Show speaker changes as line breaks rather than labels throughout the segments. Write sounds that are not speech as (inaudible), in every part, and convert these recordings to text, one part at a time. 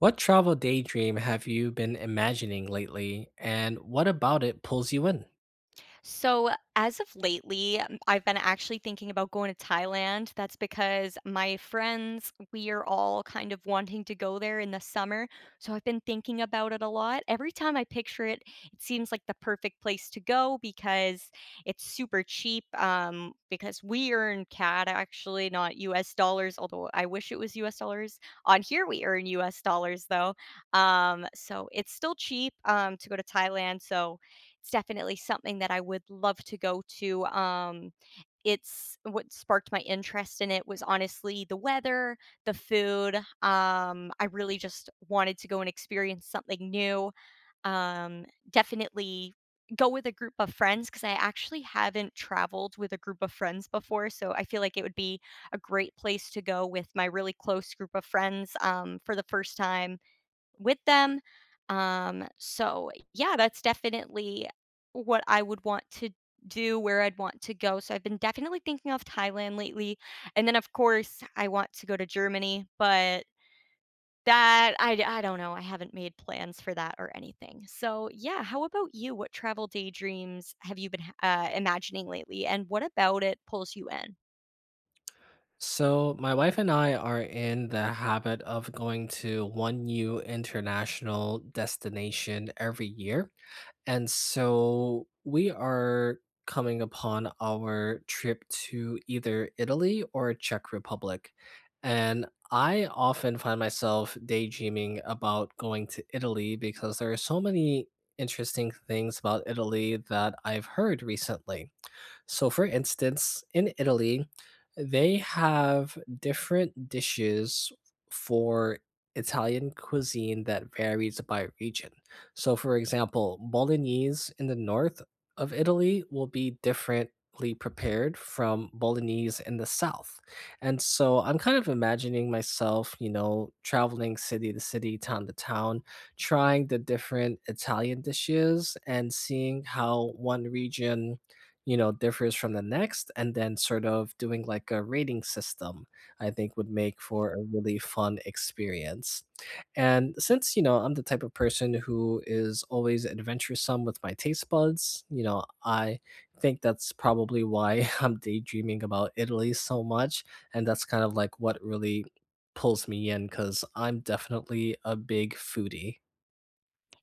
What travel daydream have you been imagining lately, and what about it pulls you in?
So, as of lately, I've been actually thinking about going to Thailand. That's because my friends, we are all kind of wanting to go there in the summer. So, I've been thinking about it a lot. Every time I picture it, it seems like the perfect place to go because it's super cheap. Because we earn CAD actually, not US dollars, although I wish it was US dollars. On here, we earn US dollars though. It's still cheap to go to Thailand. So, it's definitely something that I would love to go to. It's what sparked my interest in it was honestly the weather, the food. I really just wanted to go and experience something new. Definitely go with a group of friends because I actually haven't traveled with a group of friends before. So I feel like it would be a great place to go with my really close group of friends for the first time with them. So yeah, that's definitely what I would want to do, where I'd want to go. So I've been definitely thinking of Thailand lately. And then, of course, I want to go to Germany, but that I d- I don't know. I haven't made plans for that or anything. So, yeah, how about you? What travel daydreams have you been imagining lately? And what about it pulls you in?
So, my wife and I are in the habit of going to one new international destination every year. And so we are coming upon our trip to either Italy or Czech Republic. And I often find myself daydreaming about going to Italy because there are so many interesting things about Italy that I've heard recently. So, for instance, in Italy, they have different dishes for Italian cuisine that varies by region. So, for example, Bolognese in the north of Italy will be differently prepared from Bolognese in the south. And so I'm kind of imagining myself, you know, traveling city to city, town to town, trying the different Italian dishes and seeing how one region, you know, differs from the next, and then sort of doing like a rating system, I think would make for a really fun experience. And since, you know, I'm the type of person who is always adventuresome with my taste buds, you know, I think that's probably why (laughs) I'm daydreaming about Italy so much. And that's kind of like what really pulls me in because I'm definitely a big foodie.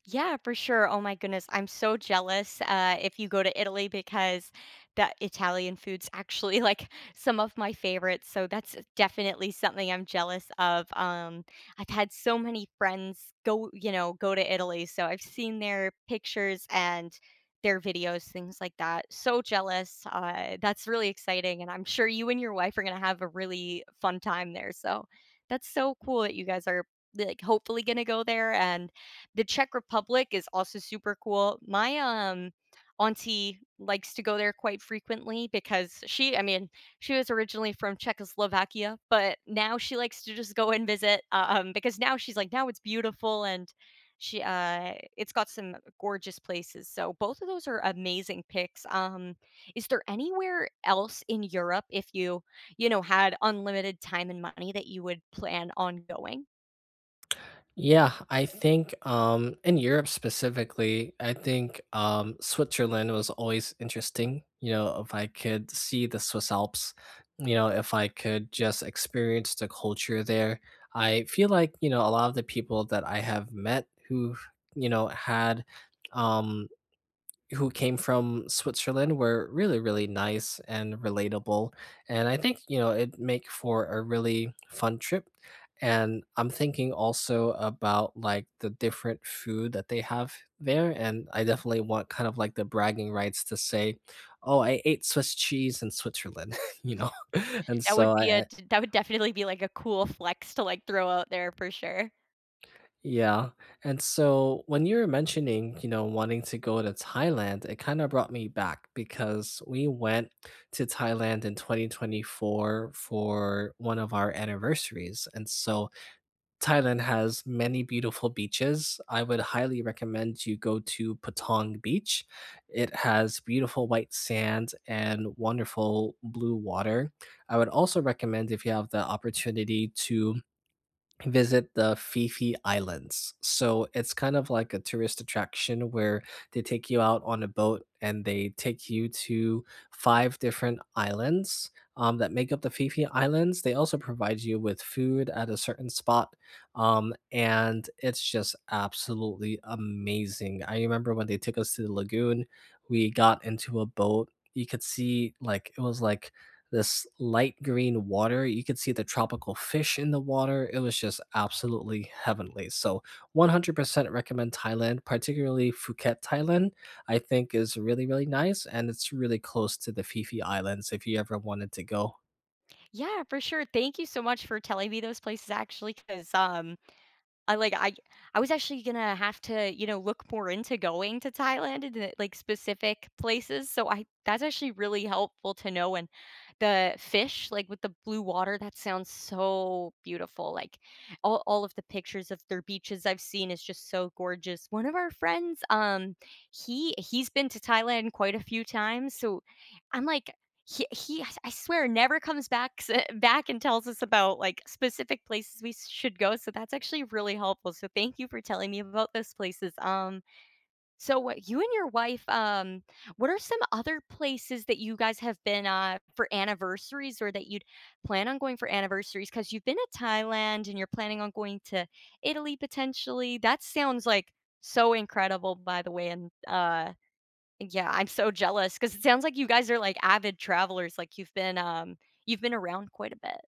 Yeah, for sure. Oh my goodness, I'm so jealous if you go to Italy because the Italian food's actually (laughs) like some of my favorites. So that's definitely something I'm jealous of. I've had so many friends go to Italy. So I've seen their pictures and their videos, things like that. So jealous. That's really exciting, and I'm sure you and your wife are gonna have a really fun time there. So that's so cool that you guys are like hopefully gonna go there and the Czech Republic is also super cool. My auntie likes to go there quite frequently because she I mean, she was originally from Czechoslovakia, but now she likes to just go and visit, because now she's like, "Now it's beautiful," and it's got some gorgeous places. So both of those are amazing picks. Is there anywhere else in Europe if you know, had unlimited time and money that you would plan on going?
Yeah, I think in Europe specifically, I think Switzerland was always interesting. You know, if I could see the Swiss Alps, you know, if I could just experience the culture there, I feel like, you know, a lot of the people that I have met who, you know, had um who came from Switzerland were really, really nice and relatable. And I think, you know, it make for a really fun trip. And I'm thinking also about like the different food that they have there. And I definitely want kind of like the bragging rights to say, oh, I ate Swiss cheese in Switzerland, (laughs) you know? (laughs) And
That would
so
be a
I,
that would definitely be, like, a cool flex to, like, throw out there for sure.
yeah. And so when you were mentioning, you know, wanting to go to Thailand, it kind of brought me back because we went to Thailand in 2024 for one of our anniversaries. And so Thailand has many beautiful beaches. I would highly recommend you go to Patong Beach. It has beautiful white sand and wonderful blue water. I would also recommend if you have the opportunity to visit the Fifi Islands. So it's kind of like a tourist attraction where they take you out on a boat and they take you to five different islands that make up the Fifi Islands. They also provide you with food at a certain spot. And it's just absolutely amazing. I remember when they took us to the lagoon, we got into a boat. You could see, like, it was like this light green water. You could see the tropical fish in the water. It was just absolutely heavenly. So 100% recommend Thailand, particularly Phuket, Thailand. I think is really really nice and it's really close to the Phi Phi Islands if you ever wanted to go.
Yeah, for sure. Thank you so much for telling me those places actually, because I like I was actually gonna have look more into going to Thailand and like specific places. So I that's actually really helpful to know. And the fish, like with the blue water, that sounds so beautiful. Like all of the pictures of their beaches I've seen is just so gorgeous. One of our friends, he's been to Thailand quite a few times. So I'm like, he I swear never comes (laughs) back and tells us about like specific places we should go, so that's actually really helpful, so thank you for telling me about those places. So what you and your wife, what are some other places that you guys have been for anniversaries, or that you'd plan on going for anniversaries, cuz you've been to Thailand and you're planning on going to Italy potentially? That sounds like so incredible by the way. And yeah, I'm so jealous because it sounds like you guys are, like, avid travelers, like, you've you've been around quite a bit.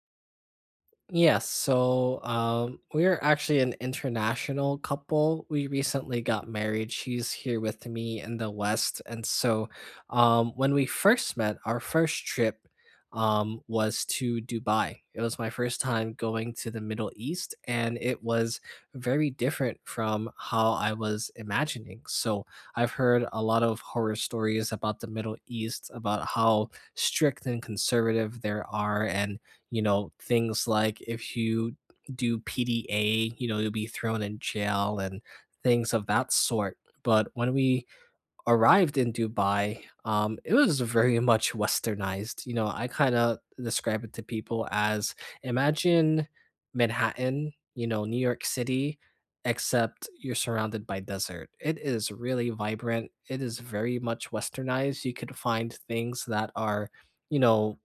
Yes, so we're actually an international couple. We recently got married. She's here with me in the West. And so when we first met, our first trip was to Dubai. It was my first time going to the Middle East, and it was very different from how I was imagining. So I've heard a lot of horror stories about the Middle East, about how strict and conservative there are, and, you know, things like if you do PDA, you know, you'll be thrown in jail and things of that sort. But when we arrived in Dubai, it was very (laughs) much westernized. You know, I kind of describe it to people as imagine Manhattan, you know, New York City, except you're surrounded by desert. It is really vibrant. It is very much westernized. You could find things that are, you know,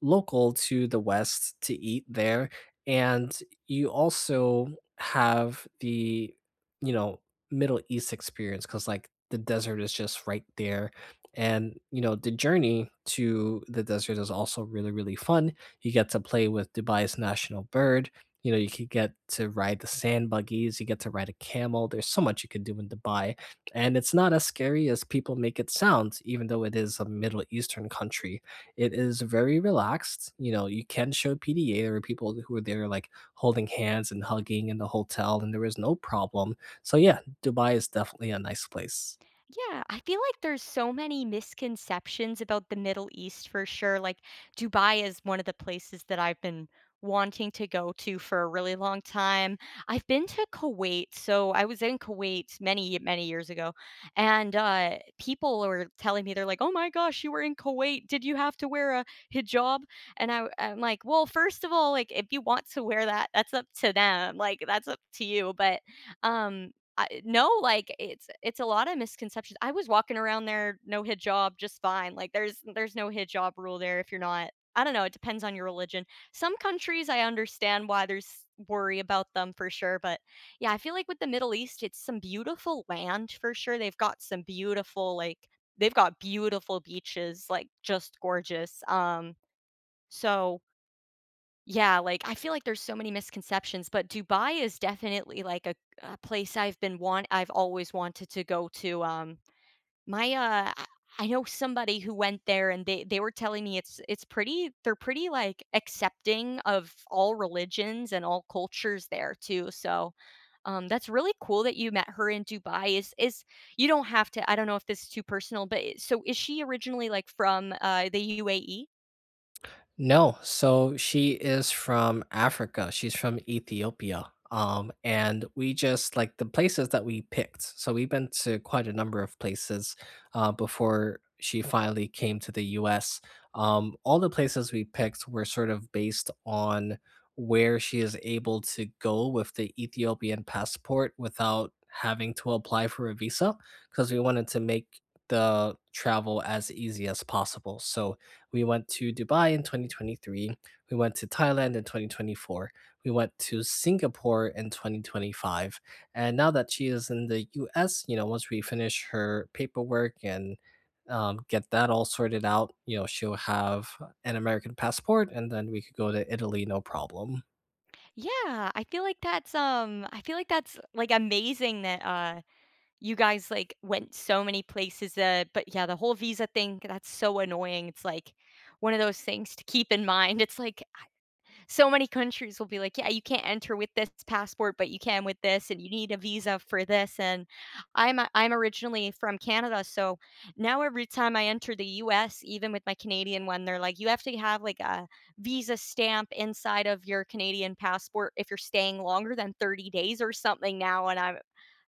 local to the West to eat there, and you also have the, you know, Middle East experience because, like, the desert is just right there, and, you know, the journey to the desert is also really, really fun. You get to play with Dubai's national bird, you know, you could get to ride the sand buggies, you get to ride a camel, there's so much you could do in Dubai, and it's not as scary as people make it sound, even though it is a Middle Eastern country. It is very relaxed. You know, you can show PDA. There were people who were there like holding hands and hugging in the hotel, and there was no problem. So yeah, Dubai is definitely a nice place.
Yeah, I feel like there's so many misconceptions about the Middle East for sure. Like Dubai is one of the places that I've been wanting to go to for a really long time. I've been to Kuwait, so I was in Kuwait many many years ago, and people were telling me they're like, "Oh my gosh, you were in Kuwait. Did you have to wear a hijab?" And I'm like, "Well, first of all, like if you want to wear that, that's up to them. Like that's up to you." But um I no, like, it's a lot of misconceptions. I was walking around there, no hijab, just fine. Like, there's no hijab rule there if you're not I don't know, it depends on your religion. Some countries, I understand why there's worry about them for sure, but, yeah, I feel like with the Middle East, it's some beautiful land for sure. They've got some beautiful, like they've got beautiful beaches, like, just gorgeous, so yeah, like, I feel like there's so many misconceptions, but Dubai is definitely, like, a place I've always wanted to go to, my, uh I I know somebody who went there, and they were telling me it's pretty they're pretty, like, accepting of all religions and all cultures there too, so, that's really cool that you met her in Dubai. Is you don't have to I don't know if this is too personal, but I so is she originally, like, from, the UAE?
No, so she is from Africa. She's from Ethiopia. And we just like the places that we picked. So we've been to quite a number of places before she finally came to the US. All the places we picked were sort of based on where she is able to go with the Ethiopian passport without having to apply for a visa because we wanted to make the travel as easy as possible. So we went to Dubai in 2023. We went to Thailand in 2024. We went to Singapore in 2025. And now that she is in the US, you know, once we finish her paperwork and get that all sorted out, you know, she'll have an American passport and then we could go to Italy no problem.
Yeah, I feel like I feel like that's, like, amazing that, you guys, like, went so many places, but yeah, the whole visa thing, that's so annoying. It's, like, one of those things to keep in mind. It's like so many countries will be like, yeah, you can't enter with this passport, but you can with this, and you need a visa for this. And I'm originally from Canada, so now every time I enter the U.S., even with my Canadian one, they're like, you have to have like a visa stamp inside of your Canadian passport if you're staying longer than 30 days or something now. And I'm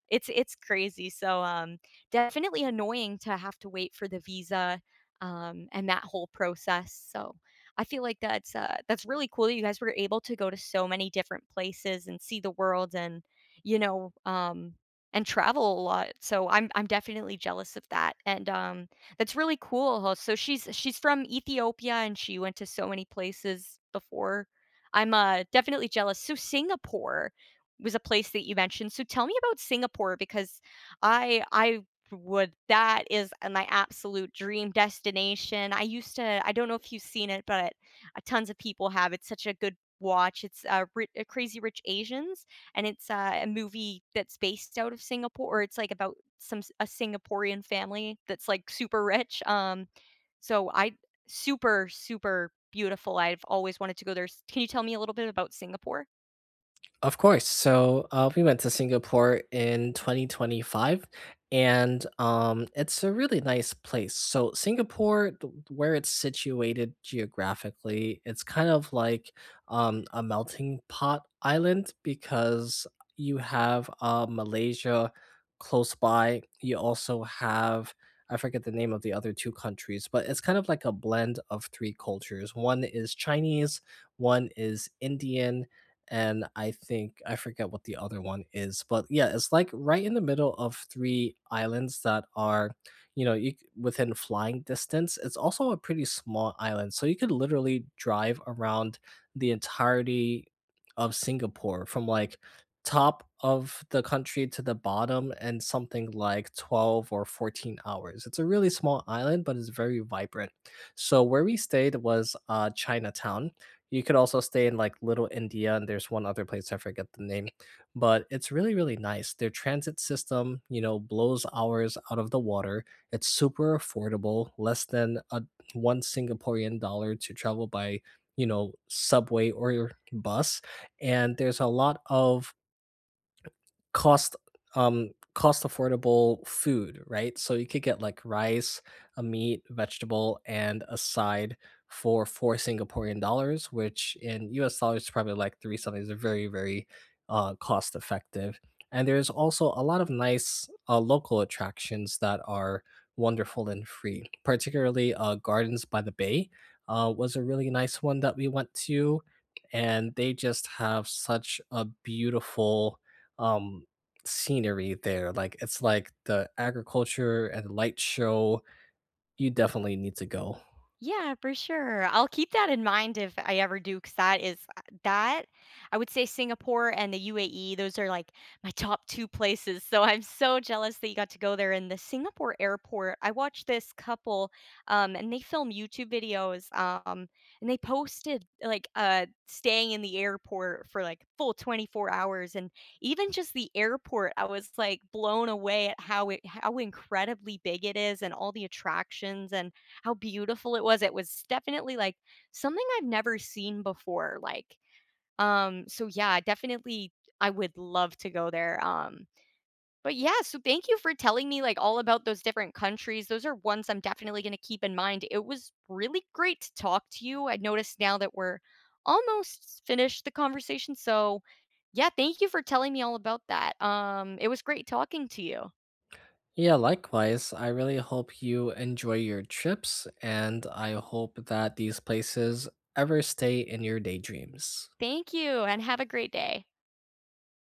it's crazy. So, definitely annoying to have to wait for the visa, and that whole process. So, I feel like that's really cool that you guys were able to go to so many different places and see the world and, you know, and travel a lot. So I'm definitely jealous of that. And, that's really cool. Ho So she's from Ethiopia, and she went to so many places before. I'm, definitely jealous. So Singapore was a place that you mentioned. So tell me about Singapore because I would that is my absolute dream destination. I used to I don't know if you've seen it, but tons of people have. It's such a good watch. It's Crazy Rich Asians, and it's a movie that's based out of Singapore, or it's like about a Singaporean family that's like super rich. So I super super beautiful. I've always wanted to go there. Can you tell me a little bit about Singapore?
Of course. So we went to Singapore in 2025, and it's a really nice place. So Singapore, where it's situated geographically, it's kind of like a melting pot island because you have Malaysia close by. You also have, I forget the name of the other two countries, but it's kind of like a blend of three cultures. One is Chinese, one is Indian, and I think I forget what the other one is, but yeah, it's like right in the middle of three islands that are, you know, within flying distance. It's also a pretty small island, so you could literally drive around the entirety of Singapore from, like, top of the country to the bottom in something like 12 or 14 hours. It's a really small island, but it's very vibrant. So where we stayed was Chinatown. You could also stay in like Little India, and there's one other place I forget the name, but it's really, really nice. Their transit system, you know, blows ours out of the water. It's super affordable, less than a $1 Singaporean to travel by, you know, subway or bus. And there's a lot of cost cost affordable food, right? So you could get like rice, a meat, vegetable, and a side for $4 Singaporean, which in US dollars is probably like three something. It's very, very cost effective. And there's also a lot of nice local attractions that are wonderful and free, particularly Gardens by the Bay was a really nice one that we went to. And they just have such a beautiful um, scenery there, like, it's like the agriculture and light show. You definitely need to go.
Yeah, for sure. I'll keep that in mind if I ever do, because that I would say Singapore and the UAE, those are like my top two places. So I'm so jealous that you got to go there. In the Singapore airport, I watched this couple and they film YouTube videos and they posted like staying in the airport for like full 24 hours, and even just the airport, I was like blown away at how incredibly big it is and all the attractions and how beautiful it was. It was definitely like something I've never seen before. Like, so yeah, definitely I would love to go there. But yeah, so thank you for telling me like all about those different countries. Those are ones I'm definitely going to keep in mind. It was really great to talk to you. I noticed now that we're almost finished the conversation. So yeah, thank you for telling me all about that. It was great talking to you.
Yeah, likewise. I really hope you enjoy your trips, and I hope that these places ever stay in your daydreams.
Thank you and have a great day.